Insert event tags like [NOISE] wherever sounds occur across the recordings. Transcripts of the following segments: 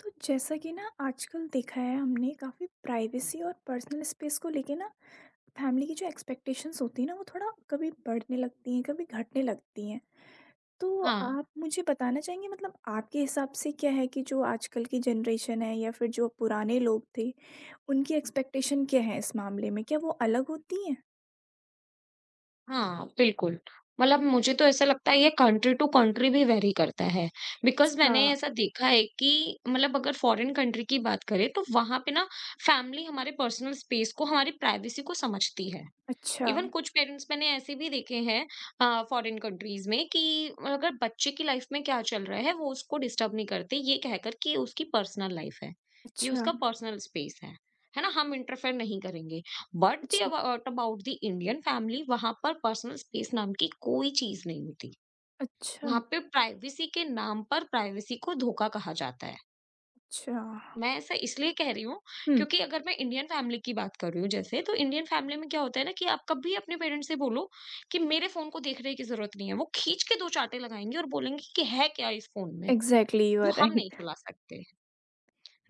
तो जैसा कि ना आजकल देखा है हमने काफ़ी प्राइवेसी और पर्सनल स्पेस को लेके ना फैमिली की जो एक्सपेक्टेशंस होती है ना वो थोड़ा कभी बढ़ने लगती हैं कभी घटने लगती हैं। तो हाँ, आप मुझे बताना चाहेंगे मतलब आपके हिसाब से क्या है कि जो आजकल की जनरेशन है या फिर जो पुराने लोग थे, उनकी एक्सपेक्टेशन क्या है इस मामले में? क्या वो अलग होती हैं? हाँ, बिल्कुल। मतलब मुझे तो ऐसा लगता है ये कंट्री टू कंट्री भी वैरी करता है। बिकॉज़ अच्छा, मैंने ऐसा देखा है कि मतलब अगर फॉरेन कंट्री की बात करें तो वहाँ पे ना फैमिली हमारे पर्सनल स्पेस को, हमारी प्राइवेसी को समझती है। अच्छा, इवन कुछ पेरेंट्स मैंने ऐसे भी देखे हैं फॉरेन कंट्रीज में कि अगर बच्चे की लाइफ में क्या चल रहा है वो उसको डिस्टर्ब नहीं करते, ये कहकर कि ये उसकी पर्सनल लाइफ है, ये अच्छा, उसका पर्सनल स्पेस है ना, हम इंटरफेयर नहीं करेंगे। बट दी अच्छा, अबाउट द इंडियन फैमिली, वहां पर पर्सनल स्पेस नाम की कोई चीज नहीं होती। अच्छा, वहां पे प्राइवेसी के नाम पर प्राइवेसी को धोखा कहा जाता है। अच्छा। मैं ऐसा इसलिए कह रही हूँ हुँ, क्योंकि अगर मैं इंडियन फैमिली की बात कर रही हूँ, जैसे तो इंडियन फैमिली में क्या होता है ना कि आप कभी अपने पेरेंट्स से बोलो कि मेरे फोन को देखने की जरूरत नहीं है, वो खींच के दो चांटे लगाएंगे और बोलेंगे कि है क्या इस फोन में एग्ज़ैक्टली यू जो आर हम राइट। नहीं चला सकते।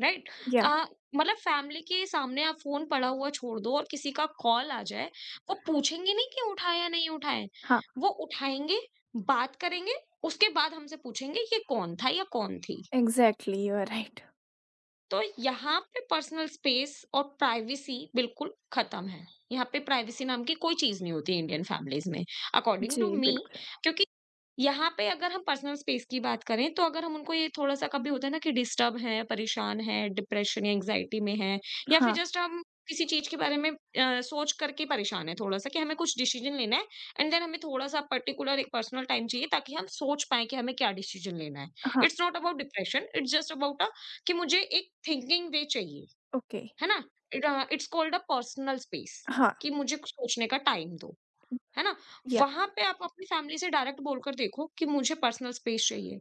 राइट। या आ, मतलब फैमिली के सामने आप फोन पड़ा हुआ छोड़ दो और किसी का कॉल आ जाए, वो पूछेंगे नहीं कि उठाया नहीं उठाया। हाँ, वो उठाएंगे, बात करेंगे, उसके बाद हमसे पूछेंगे ये कौन था या कौन थी। Exactly you are right. तो यहाँ पे पर्सनल स्पेस और प्राइवेसी बिल्कुल खत्म है। यहाँ पे प्राइवेसी नाम की कोई चीज नहीं होती इंडियन फैमिलीज में, अकॉर्डिंग टू जी, मी। बिल्कुल। क्योंकि यहाँ पे अगर हम पर्सनल स्पेस की बात करें, तो अगर हम उनको ये थोड़ा-सा, कभी होता है ना, कि डिस्टर्ब हैं, परेशान हैं, डिप्रेशन या एंग्ज़ायटी में हैं, या फिर हाँ, जस्ट हम किसी चीज़ के बारे में सोच करके परेशान हैं थोड़ा-सा, कि हमें कुछ डिसीज़न लेना है, एंड देन हमें थोड़ा-सा पर्टिकुलर एक पर्सनल टाइम चाहिए ताकि हम सोच पाएँ कि हमें क्या डिसीज़न लेना है। हाँ, it's not about depression, it's just about कि मुझे एक थिंकिंग वे चाहिए, ओके, है ना? It's called a personal space हाँ, कि मुझे कुछ सोचने का टाइम दो। है ना? या वहाँ पे आप अपनी फैमिली से डायरेक्ट बोलकर देखो कि मुझे पर्सनल स्पेस चाहिए,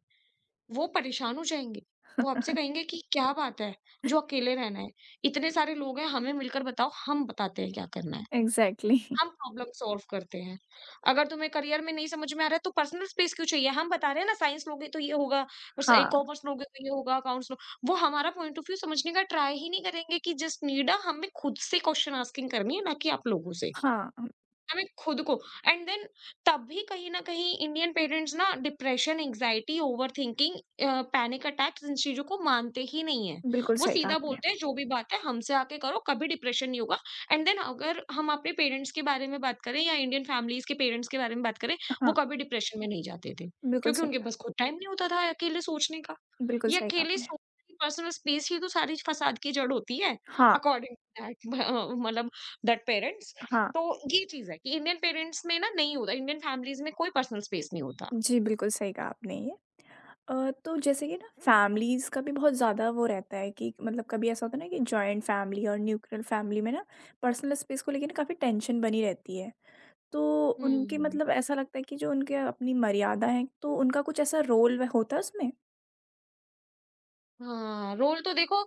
वो परेशान हो जाएँगे। वो आपसे कहेंगे कि क्या बात है, जो अकेले रहना है? इतने सारे लोग हैं, हमें मिलकर बताओ, हम बताते हैं क्या करना है। एग्ज़ैक्टली [LAUGHS] हम प्रॉब्लम सॉल्व करते हैं। अगर तुम्हें करियर में नहीं समझ में आ रहा है, तो पर्सनल स्पेस क्यों चाहिए? हम बता रहे हैं ना, साइंस लोगे तो ये होगा, उस ए हाँ, कॉमर्स लोगे तो ये होगा, अकाउंट्स लो। वो हमारा पॉइंट ऑफ व्यू समझने का ट्राई ही नहीं करेंगे कि जस्ट नीड अ हमें खुद से क्वेश्चन आस्किंग करनी है, ना कि आप लोगों से। हाँ, हमें खुद को, एंड देन, तब भी कहीं न कहीं इंडियन पेरेंट्स ना depression, anxiety, overthinking, panic attacks, इन चीज़ों को मानते ही नहीं हैं। बिल्कुल वो सही कहा सीधा आपने। बोलते हैं जो भी बात है हमसे आके करो, कभी डिप्रेशन नहीं होगा। एंड देन अगर हम अपने पेरेंट्स के बारे में बात करें या इंडियन फैमिलीज़ के पेरेंट्स के बारे में बात करें, वो हाँ, कभी डिप्रेशन में नहीं जाते थे। बिल्कुल क्योंकि सही उनके कहा, पास खुद टाइम नहीं होता था अकेले सोचने का। बिल्कुल ये सही कहा अकेले आपने। सोचने की पर्सनल स्पेस ही तो सारी फसाद की जड़ होती है, हाँ, अकॉर्डिंग टू दैट। [LAUGHS] मतलब दैट पेरेंट्स। हाँ, तो ये चीज़ है कि इंडियन पेरेंट्स में ना नहीं होता, इंडियन फैमिलीज़ में कोई पर्सनल स्पेस नहीं होता। जी, बिल्कुल सही कहा आपने ये। तो जैसे कि ना फैमिलीज़ का भी बहुत ज़्यादा वो रहता है कि मतलब कभी ऐसा होता है ना कि जॉइंट फैमिली और न्यूक्लियर फैमिली में ना पर्सनल स्पेस को लेके ना काफ़ी टेंशन बनी रहती है। तो उनके हुँ। मतलब ऐसा लगता है कि जो उनके अपनी मर्यादा है, तो उनका कुछ ऐसा रोल व होता है उसमें? हाँ, रोल तो देखो,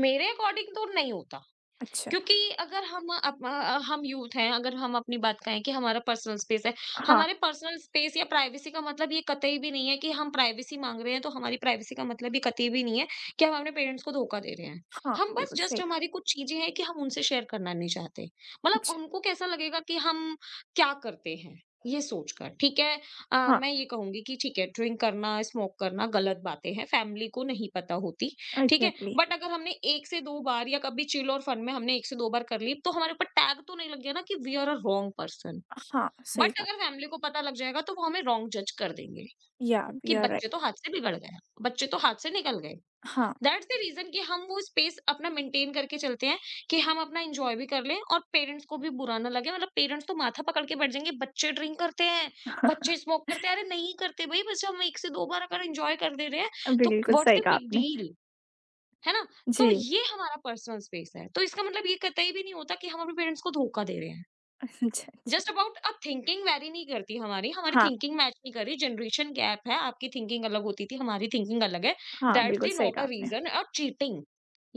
मेरे अकॉर्डिंग तो नहीं होता। अच्छा, क्योंकि अगर हम यूथ हैं, अगर हम अपनी बात कहें कि हमारा पर्सनल स्पेस है, हाँ। हमारे पर्सनल स्पेस या प्राइवेसी का मतलब ये कतई भी नहीं है कि हम प्राइवेसी माँग रहे हैं, तो हमारी प्राइवेसी का मतलब ये कतई भी नहीं है कि हम अपने पेरेंट्स को धोखा दे रहे हैं। हाँ, हम बस बिल्कुल सही जस्ट कहा। हमारी कुछ चीज़ें हैं कि हम उनसे शेयर करना नहीं चाहते। मतलब अच्छा, उनको कैसा लगेगा कि हम क्या करते हैं, ये सोचकर, ठीक है? हाँ, मैं ये कहूँगी कि ठीक है, ड्रिंक करना, स्मोक करना गलत बातें हैं, फैमिली को नहीं पता होती, ठीक है? एग्ज़ैक्टली बट अगर हमने 1 से 2 बार या कभी चिल और फन में हमने 1 से 2 बार कर ली, तो हमारे ऊपर टैग तो नहीं लग गया ना कि we are a wrong person. हाँ, सही बट कहा। अगर फैमिली को पता लग जाएगा, तो वो हमें रॉन्ग जज कर देंगे या कि यू आर बच्चे राइट तो हाथ से बिगड़ गए, बच्चे तो हाथ से निकल गए। हाँ, दैट्स द रीज़न कि हम वो स्पेस अपना मेंटेन करके चलते हैं, कि हम अपना एन्जॉय भी कर लें और पेरेंट्स को भी बुरा ना लगे। मतलब पेरेंट्स तो माथा पकड़ के बैठ जाएँगे, बच्चे ड्रिंक करते हैं, बच्चे [LAUGHS] स्मोक करते हैं। अरे नहीं करते भई, बस हम 1 से 2 बार अगर एन्जॉय कर दे रहे हैं, तो बिल्कुल व्हाट्स सही द कहा बिग आपने। डील? है ना? जी। तो ये हमारा पर्सनल स्पेस है। तो इसका मतलब ये कतई भी नहीं होता कि हम अपने पेरेंट्स को धोखा दे रहे हैं। [LAUGHS] अच्छा, जस्ट अच्छा। अबाउट अब थिंकिंग वेरी नहीं करती हमारी, हमारी हाँ, थिंकिंग मैच नहीं कर रही, जनरेशन गैप है, आपकी थिंकिंग अलग होती थी, हमारी थिंकिंग अलग है। हाँ, दैट्स बिल्कुल द सही नॉट अ कहा आपने। रीज़न और चीटिंग,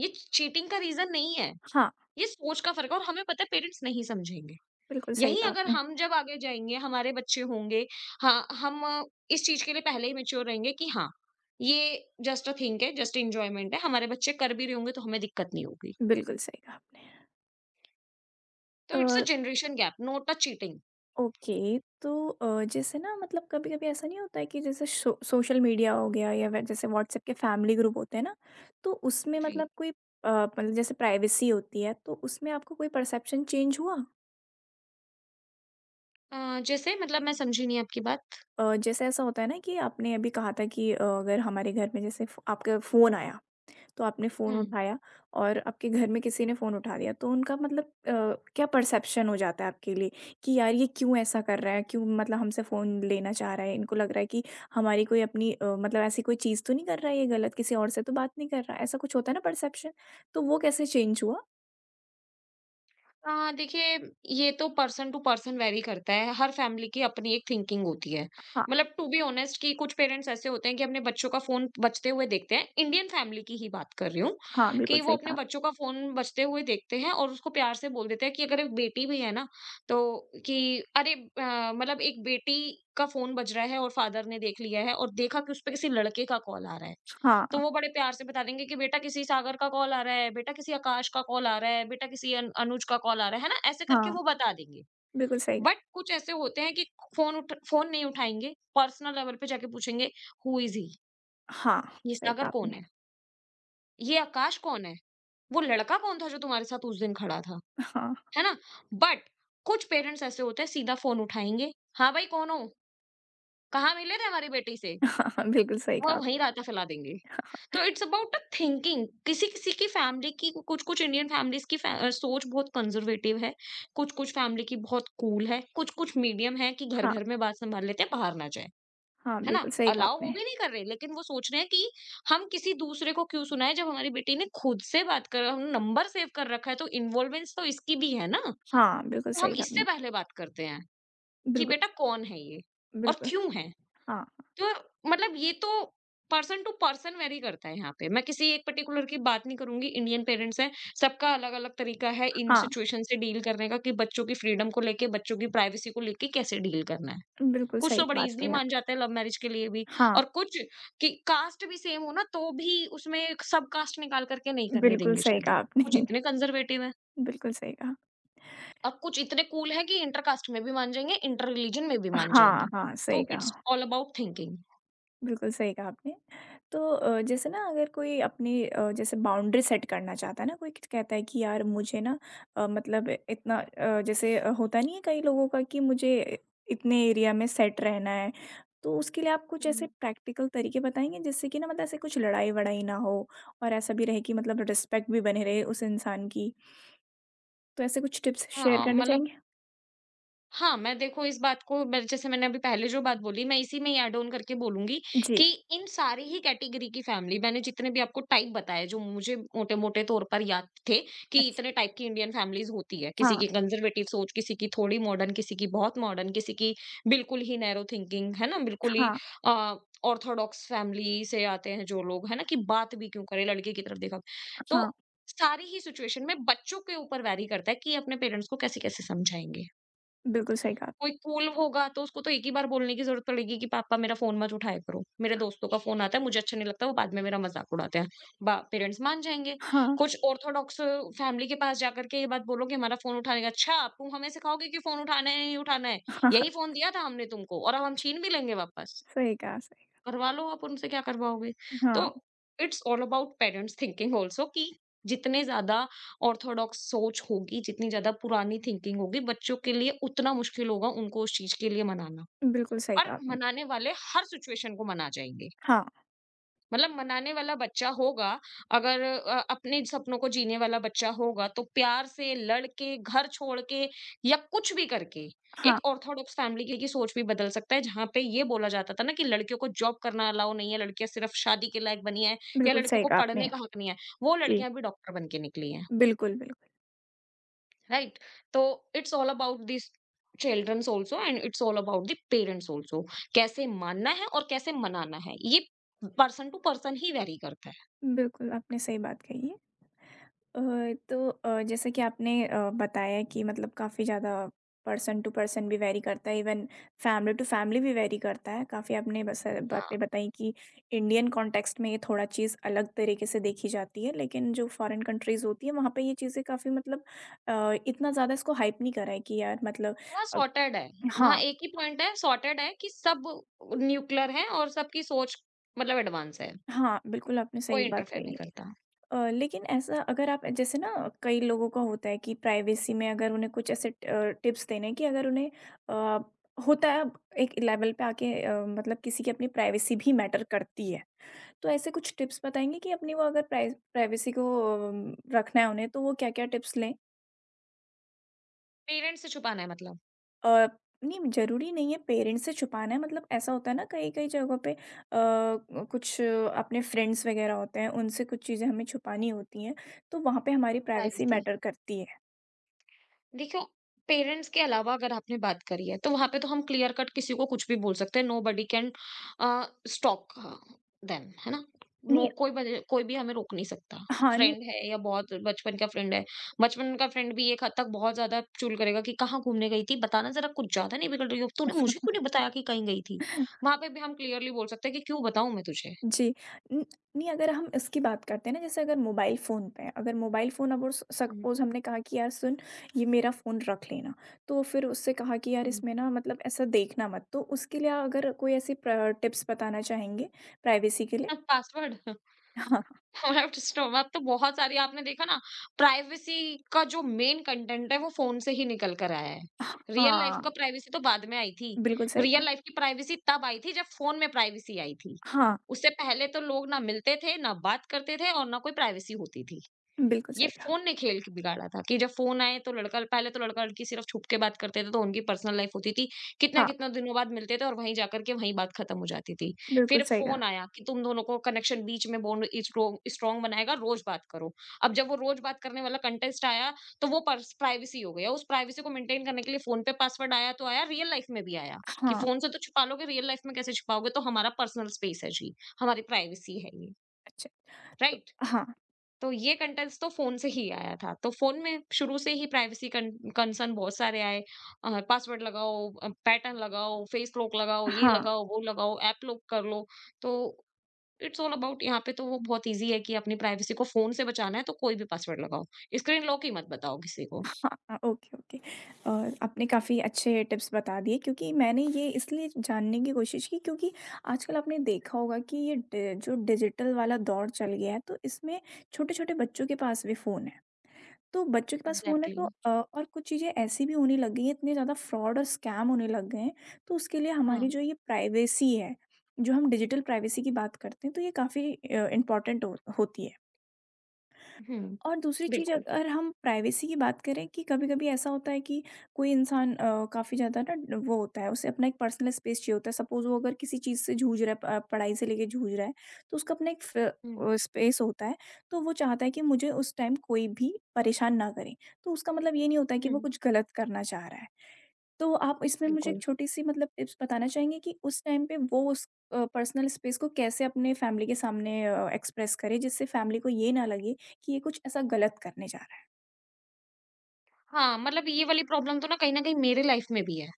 ये चीटिंग का रीज़न नहीं है। हाँ, ये सोच का फ़र्क है और हमें पता है पेरेंट्स नहीं समझेंगे। बिल्कुल सही यही, कहा अगर आपने। हम जब आगे जाएँगे, हमारे बच्चे होंगे, हाँ, इस चीज़ के लिए पहले ही मैच्योर रहेंगे कि हाँ, ये जस्ट अ थिंग है, जस्ट एन्जॉयमेंट है, हमारे बच्चे कर भी रहे होंगे तो हमें दिक्कत नहीं होगी। बिल्कुल सही कहा आपने। तो uh, it's a generation gap, not a cheating. Okay तो जैसे ना मतलब कभी-कभी ऐसा नहीं होता है कि जैसे शो सोशल मीडिया हो गया या वे जैसे व्हाट्सएप के फैमिली ग्रुप होते हैं ना, तो उसमें जी। मतलब कोई मतलब जैसे प्राइवेसी होती है, तो उसमें आपको कोई परसेप्शन चेंज हुआ? जैसे मतलब मैं समझी नहीं आपकी बात। जैसे ऐसा होता है ना कि आपने अभी कहा था कि अगर हमारे घर में जैसे फ़ो आपका फ़ोन आया, तो आपने फ़ोन हुँ। उठाया और आपके घर में किसी ने फ़ोन उठा दिया, तो उनका मतलब क्या परसेप्शन हो जाता है आपके लिए कि यार ये क्यों ऐसा कर रहा है? क्यों मतलब हमसे फ़ोन लेना चाह रहा है? इनको लग रहा है कि हमारी कोई अपनी मतलब ऐसी कोई चीज़ तो नहीं कर रहा है ये गलत, किसी और से तो बात नहीं कर रहा है, ऐसा कुछ होता है ना परसेप्शन, तो वो कैसे चेंज हुआ? देखिए, ये तो पर्सन टू पर्सन वैरी करता है। हर फैमिली की अपनी एक थिंकिंग होती है। हाँ, मतलब टू बी ऑनेस्ट कि कुछ पेरेंट्स ऐसे होते हैं कि अपने बच्चों का फ़ोन बजते हुए देखते हैं। इंडियन फैमिली की ही बात कर रही हूँ हाँ, बिल्कुल कि वो सही अपने कहा। बच्चों का फ़ोन बजते हुए देखते हैं और उसको प्यार से बोल देते हैं कि अगर एक बेटी भी है ना, तो कि, अरे, मतलब एक बेटी का फ़ोन बज रहा है और फादर ने देख लिया है और देखा कि उसपे किसी लड़के का कॉल आ रहा है। तो हाँ, वो बड़े प्यार से बता देंगे कि बेटा किसी सागर का कॉल आ रहा है, बेटा किसी आकाश का कॉल आ रहा है, बेटा किसी अन अनुज का कॉल आ रहा है ना? ऐसे करके हाँ, वो बता देंगे। बिल्कुल सही बट कुछ ऐसे होते हैं कि फ़ोन नहीं उठाएँगे, पर्सनल लेवल पे जाके पूछेंगे, हू इज़ ही? हाँ, ये सही सागर कहा कौन आपने। है? ये आकाश कौन है? वो लड़का कौन था जो तुम्हारे साथ उस दिन खड़ा था? हाँ, है ना? बट कुछ पेरेंट्स ऐसे होते हैं, सीधा फ़ोन उठाएँगे, हाँ भाई कौन हो? कहाँ मिले थे हमारी बेटी से? [LAUGHS] हाँ बिल्कुल सही वह कहा वहीं आपने। रायता फैला देंगे। तो इट्स अबाउट अ थिंकिंग। किसी-किसी की फैमिली की, कुछ-कुछ इंडियन फैमिलीज़ की सोच बहुत कंज़र्वेटिव है, कुछ-कुछ फैमिली की बहुत कूल है, कुछ-कुछ मीडियम है कि हाँ। घर-घर में बात संभाल लेते हैं, बाहर ना जाएँ, हाँ, है ना? बिल्कुल सही कहा अलाउ वो आपने। भी नहीं कर रहे, लेकिन वो सोच रहे हैं कि हम किसी दूसरे को क्यों सुनाएँ, जब हमारी बेटी ने खुद से बात कर, हम नंबर सेव कर रखा है, तो इन्वॉल्वेंस तो इसकी भी है ना? हाँ, बिल्कुल तो हम सही कहा इससे आपने। पहले बात करते हैं कि बिल्कुल, बेटा कौन है ये और बिल्कुल। क्यों है? हाँ, तो मतलब ये तो पर्सन टू पर्सन वेरी करता है। यहाँ पे मैं किसी एक पर्टिकुलर की बात नहीं करूंगी, इंडियन पेरेंट्स हैं, सबका अलग अलग तरीका है इन हाँ, सिचुएशन से डील करने का, कि बच्चों की फ्रीडम को लेके, बच्चों की प्राइवेसी को लेके कैसे डील करना है। बिल्कुल कुछ सही तो बड़े बात इजिली कही मान आपने। जाते हैं लव मैरिज के लिए भी, हाँ, और कुछ कि कास्ट भी सेम हो ना तो भी उसमें सब कास्ट निकाल करके नहीं करने बिल्कुल देंगे सही शादी। कहा कुछ आपने। इतने [LAUGHS] कंजर्वेटिव है, बिल्कुल सही कहा। और कुछ इतने कूल है कि इंटर कास्ट में भी मान जाएंगे, इंटर रिलीजन में भी मान हाँ, जाएंगे। हाँ, सही तो इट्स कहा। All about thinking. बिल्कुल सही कहा आपने। तो जैसे ना अगर कोई अपनी जैसे बाउंड्री सेट करना चाहता है ना कोई कहता है कि यार मुझे ना मतलब इतना जैसे होता नहीं है कई लोगों का कि मुझे इतने एरिया में सेट रहना है। तो उसके लिए आप कुछ ऐसे हम्म। प्रैक्टिकल तरीके बताएँगे जिससे कि ना मतलब ऐसे कुछ लड़ाई-वड़ाई ना हो और ऐसा भी रहे कि मतलब रिस्पेक्ट भी बनी रहे उस इंसान की। तो ऐसे कुछ टिप्स शेयर हाँ करना मतलब, चाहेंगे? हाँ, मैं देखो इस बात को, मैं जैसे मैंने अभी पहले जो बात बोली, मैं इसी में ही ऐड ऑन करके बोलूँगी जी, कि इन सारी ही कैटेगरी की फ़ैमिली मैंने जितने भी आपको टाइप बताए, जो मुझे मोटे-मोटे तौर पर याद थे, कि अच्छा। इतने टाइप की इंडियन फ़ैमिलीज़ होती है। किसी हाँ, की कंज़र्वेटिव सोच, किसी की थोड़ी मॉडर्न, किसी की बहुत मॉडर्न, किसी की बिल्कुल ही नैरो थिंकिंग, है ना? बिल्कुल ही हाँ, अ, ऑर्थोडॉक्स फ़ैमिली से आते हैं जो लोग, है ना? कि बात भी क्यों करें लड़के की तरफ देखा। तो हाँ। सारी ही सिचुएशन में बच्चों के ऊपर वैरी करता है कि अपने पेरेंट्स को कैसे-कैसे समझाएँगे। बिल्कुल सही कहा आपने। कोई कूल होगा तो उसको तो एक ही बार बोलने की ज़रूरत पड़ेगी कि पापा मेरा फ़ोन मत उठाया करो। मेरे दोस्तों का फ़ोन आता है, मुझे अच्छा नहीं लगता, वो बाद में मेरा मज़ाक उड़ाते हैं। बा पेरेंट्स मान जाएँगे। हाँ, कुछ ऑर्थोडॉक्स फैमिली के पास जाकर के ये बात बोलो कि हमारा फ़ोन उठाने का अच्छा तुम हमें सिखाओगे कि फ़ोन उठाना है या नहीं उठाना है? [LAUGHS] हाँ, यही हाँ। फ़ोन दिया था हमने तुमको और अब हम स छीन भी लेंगे वापस। सही कहा, सही करवा लो आप उनसे क्या करवाओगे? तो हाँ। It's all about parents thinking also कि जितने ज़्यादा ऑर्थोडॉक्स सोच होगी, जितनी ज़्यादा पुरानी थिंकिंग होगी, बच्चों के लिए उतना मुश्किल होगा उनको उस चीज़ के लिए मनाना बिल्कुल सही और कहा आपने। मनाने वाले हर सिचुएशन को मना जाएँगे। हाँ, मतलब मनाने वाला बच्चा होगा, अगर अपने सपनों को जीने वाला बच्चा होगा, तो प्यार से लड़ के, घर छोड़ के या कुछ भी करके हाँ, एक ऑर्थोडॉक्स फैमिली की सोच भी बदल सकता है, जहाँ पे ये बोला जाता था ना कि लड़कियों को जॉब करना अलाउ नहीं है, लड़कियाँ सिर्फ शादी के लायक बनी हैं या बिल्कुल लड़कियों सही को कहा पढ़ने आपने। का हक नहीं है, वो जी, लड़कियाँ भी डॉक्टर बन के निकली हैं, बिल्कुल, बिल्कुल। राइट? तो it's all about this children's also and it's all about the parents also. कैसे मानना है और कैसे मनाना है, ये पर्सन टू पर्सन ही वेरी करता है। बिल्कुल, आपने सही बात कही है। अ, तो जैसे कि आपने बताया कि मतलब काफ़ी ज़्यादा पर्सन टू पर्सन भी वेरी करता है, इवन फैमिली टू फैमिली भी वेरी करता है। काफ़ी आपने बस बातें हाँ। बताई कि इंडियन कॉन्टेक्स्ट में ये थोड़ा चीज़ अलग तरीके से देखी जाती है, लेकिन जो फॉरेन कंट्रीज़ होती हैं, वहाँ पे ये चीज़ें काफ़ी मतलब इतना ज़्यादा इसको हाइप नहीं करा है कि यार मतलब वहाँ अ, सॉर्टेड है, वहाँ हाँ, एक ही पॉइंट है सॉर्टेड है कि सब न्यूक्लियर हैं और सबकी सोच मतलब एडवांस है, हाँ, बिल्कुल आपने सही कोई बात इंटरफेयर नहीं कही। करता। लेकिन ऐसा अगर आप जैसे ना कई लोगों का होता है कि प्राइवेसी में अगर उन्हें कुछ ऐसे टिप्स देने हैं कि अगर उन्हें अ, होता है अब एक लेवल पे आके मतलब किसी की अपनी प्राइवेसी भी मैटर करती है तो ऐसे कुछ टिप्स बताएंगे कि अपनी वो अगर प्राइवेसी को रखना है उन्हें तो वो क्या क्या टिप्स लें पेरेंट्स से छुपाना है मतलब अ, नहीं जरूरी नहीं है पेरेंट्स से छुपाना है मतलब ऐसा होता है ना कई कई जगहों पे कुछ अपने फ्रेंड्स वगैरह होते हैं उनसे कुछ चीज़ें हमें छुपानी होती हैं तो वहाँ पे हमारी प्राइवेसी प्राइवेसी। मैटर करती है देखो, पेरेंट्स के अलावा अगर आपने बात करी है, तो वहाँ पे तो हम क्लियर कट किसी को कुछ भी बोल सकते हैं, nobody can uh, stop them, है ना? नो नहीं कोई बज कोई भी हमें रोक नहीं सकता। हाँ, नहीं फ्रेंड है या बहुत बचपन का फ्रेंड है, बचपन का फ्रेंड भी एक हद तक बहुत ज़्यादा चुल करेगा कि कहाँ घूमने गई थी? बताना ज़रा कुछ ज़्यादा नहीं बिगड़ रही हो? तूने मुझे क्यों नहीं बताया कि कहीं गई थी? [LAUGHS] वहाँ पे भी हम क्लियरली बोल सकते हैं कि क्यों बताऊँ मैं तुझे? जी। न नहीं अगर हम इसकी बात करते हैं ना जैसे अगर मोबाइल फ़ोन पे है, अगर मोबाइल फ़ोन अब और स हुँ, सपोज़ हमने कहा कि यार सुन ये मेरा फ़ोन रख लेना। तो फिर उससे कहा कि यार हुँ। इसमें ना मतलब ऐसा देखना मत। तो उसके लिए अगर कोई ऐसी प्र टिप्स बताना चाहेंगे प्राइवेसी के लिए? [LAUGHS] पासवर्ड? [LAUGHS] हाँ, [LAUGHS] मतलब डिस्टर्ब अब तो बहुत सारी आपने देखा ना प्राइवेसी का जो मेन कंटेंट है वो फोन से ही निकल कर आया है। रियल लाइफ हाँ, का प्राइवेसी तो बाद में आई थी। बिल्कुल सही रियल कहा। लाइफ की प्राइवेसी तब आई थी जब फोन में प्राइवेसी आई थी। हाँ, उससे पहले तो लोग ना मिलते थे, ना बात करते थे और ना कोई प्राइवेसी होती थी। बिल्कुल ये सही कहा। फ़ोन ने खेल के बिगाड़ा था कि जब फ़ोन आए तो लड़का पहले तो लड़का-लड़की सिर्फ़ छुप के बात करते थे तो उनकी पर्सनल लाइफ़ होती थी। हाँ, कितना-कितना दिनों बाद मिलते थे और वहीं जाकर के वहीं बात ख़त्म हो जाती थी। बिल्कुल फिर सही कहा। फ़ोन आया कि तुम दोनों को कनेक्शन बीच में बॉन्ड स्ट्रोंग स्ट्रॉन्ग बनाएगा, रोज़ बात करो। अब जब वो रोज़ बात करने वाला कंटेस्ट आया तो वो पर्स प्राइवेसी हो गया। उस प्राइवेसी को मेंटेन करने के लिए फ़ोन पे पासवर्ड आया तो आया, रियल लाइफ़ में भी आया कि हाँ, फ़ोन से तो छुपा लोगे, रियल लाइफ़ में कैसे छुपाओगे? तो हमारा पर्सनल स्पेस है जी, हमारी प्राइवेसी है ये, अच्छा। तो राइट? हाँ, तो ये कंटेंट्स तो फ़ोन से ही आया था। तो फ़ोन में शुरू से ही प्राइवेसी कन कंसर्न बहुत सारे आए। पासवर्ड लगाओ, पैटर्न लगाओ, फेस लॉक लगाओ, ये हाँ। लगाओ, वो लगाओ, ऐप लॉक कर लो। तो इट्स ऑल अबाउट यहाँ पे तो वो बहुत ईज़ी है कि अपनी प्राइवेसी को फ़ोन से बचाना है तो कोई भी पासवर्ड लगाओ। स्क्रीन लॉक ही मत बताओ किसी को। हाँ, ओके, ओके। आपने काफ़ी अच्छे टिप्स बता दिए क्योंकि मैंने ये इसलिए जानने की कोशिश की क्योंकि आजकल आपने देखा होगा कि ये डि जो डिजिटल वाला दौर चल गया है तो इसमें छोटे-छोटे बच्चों के पास भी फ़ोन है। तो बच्चों के पास फ़ोन है तो एग्ज़ैक्टली। और कुछ चीज़ें ऐसी भी होने लग गई हैं, इतने ज़्यादा फ्रॉड और स्कैम होने लग गए हैं, तो उसके लिए हमारी हाँ। जो ये प्राइवेसी है, जो हम डिजिटल प्राइवेसी की बात करते हैं तो ये काफ़ी इम्पोर्टेंट हो होती है। हुँ। और दूसरी चीज़ बिल्कुल। अगर हम प्राइवेसी की बात करें कि कभी-कभी ऐसा होता है कि कोई इंसान काफ़ी ज़्यादा ना वो होता है, उसे अपना एक पर्सनल स्पेस चाहिए होता है। सपोज़ वो अगर किसी चीज़ से जूझ रहा है, प पढ़ाई से लेके जूझ रहा है, तो उसका अपना एक हुँ, स्पेस होता है। तो वो चाहता है कि मुझे उस टाइम कोई भी परेशान ना करे। तो उसका मतलब ये नहीं होता है कि वो हुँ, कुछ गलत करना चाह रहा है। तो आप इसमें मुझे बिल्कुल। एक छोटी-सी मतलब टिप्स बताना चाहेंगे कि उस टाइम पे वो उस पर्सनल स्पेस को कैसे अपने फैमिली के सामने एक्सप्रेस करें जिससे फैमिली को ये ना लगे कि ये कुछ ऐसा गलत करने जा रहा है? हाँ, मतलब ये वाली प्रॉब्लम तो ना कहीं न कहीं मेरे लाइफ़ में भी है।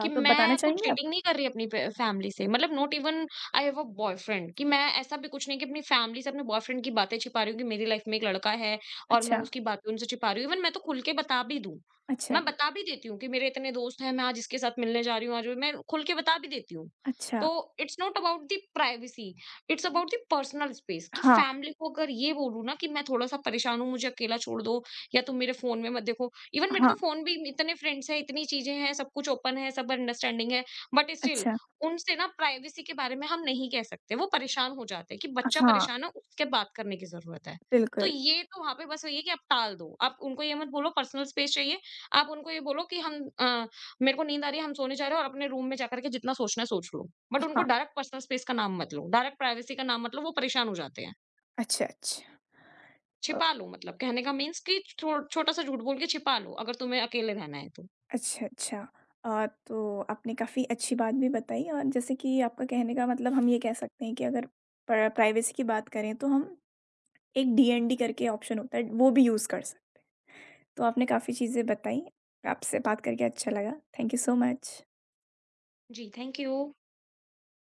कि तो बताना मैं कुछ चाहेंगे आप? चीटिंग नहीं कर रही अपनी फ फैमिली से मतलब not even I have a boyfriend कि मैं ऐसा भी कुछ नहीं कि अपनी फैमिली से अपने बॉयफ्रेंड की बातें छिपा रही हूँ कि मेरी लाइफ में एक लड़का है और मैं अच्छा, उसकी बातें उनसे छिपा रही हूँ। इवन मैं तो खुल के बता भी दूँ, अच्छा, मैं बता भी देती हूँ कि मेरे इतने दोस्त हैं, मैं आज इसके साथ मिलने जा रही हूँ, आज वो मैं खुल के बता भी देती हूँ। अच्छा। तो it's not about the privacy, it's about the personal space कि हाँ, फैमिली को अगर ये बोलूँ ना कि मैं थोड़ा-सा परेशान हूँ, मुझे अकेला छोड़ दो या तुम मेरे फ़ोन में मत देखो, इवन मेरे तो हाँ, फ़ोन भी इतने फ्रेंड्स हैं, इतनी चीज़ें हैं, सब कुछ ओपन है, सब अंडरस्टैंडिंग है, बट स्टिल अच्छा, उनसे ना प्राइवेसी के बारे में हम नहीं कह सकते, वो परेशान हो जाते हैं कि बच्चा हाँ, परेशान है, उसके बात करने की ज़रूरत है। तो बिल्कुल, ये तो वहाँ पे बस वही है कि आप टाल दो, आप उनको ये मत बोलो पर्सनल स्पेस चाहिए, आप उनको ये बोलो कि मेरे को नींद आ रही है, हम सोने जा रहे हैं और अपने रूम में जाकर के जितना सोचना है सोच लो। बट उनको हाँ, डायरेक्ट पर्सनल स्पेस का नाम मत लो, डायरेक्ट प्राइवेसी का नाम मत लो, वो परेशान हो जाते हैं। अच्छा, अच्छा। अ, छिपा लो मतलब कहने का मीन्स कि छो छोटा-सा झूठ बोल के छिपा लो, अगर तुम्हें अकेले रहना है तो। अच्छा, अच्छा। तो आपने काफ़ी अच्छी बात भी बताई और जैसे कि आपका कहने का मतलब हम ये कह सकते हैं कि अगर प्राइवेसी की बात करें तो हम एक डीएनडी करके ऑप्शन होता है, वो भी यूज़ कर सकते हैं। तो आपने काफ़ी चीज़ें बताई, आपसे बात करके अच्छा लगा। Thank you so much. जी, थैंक यू।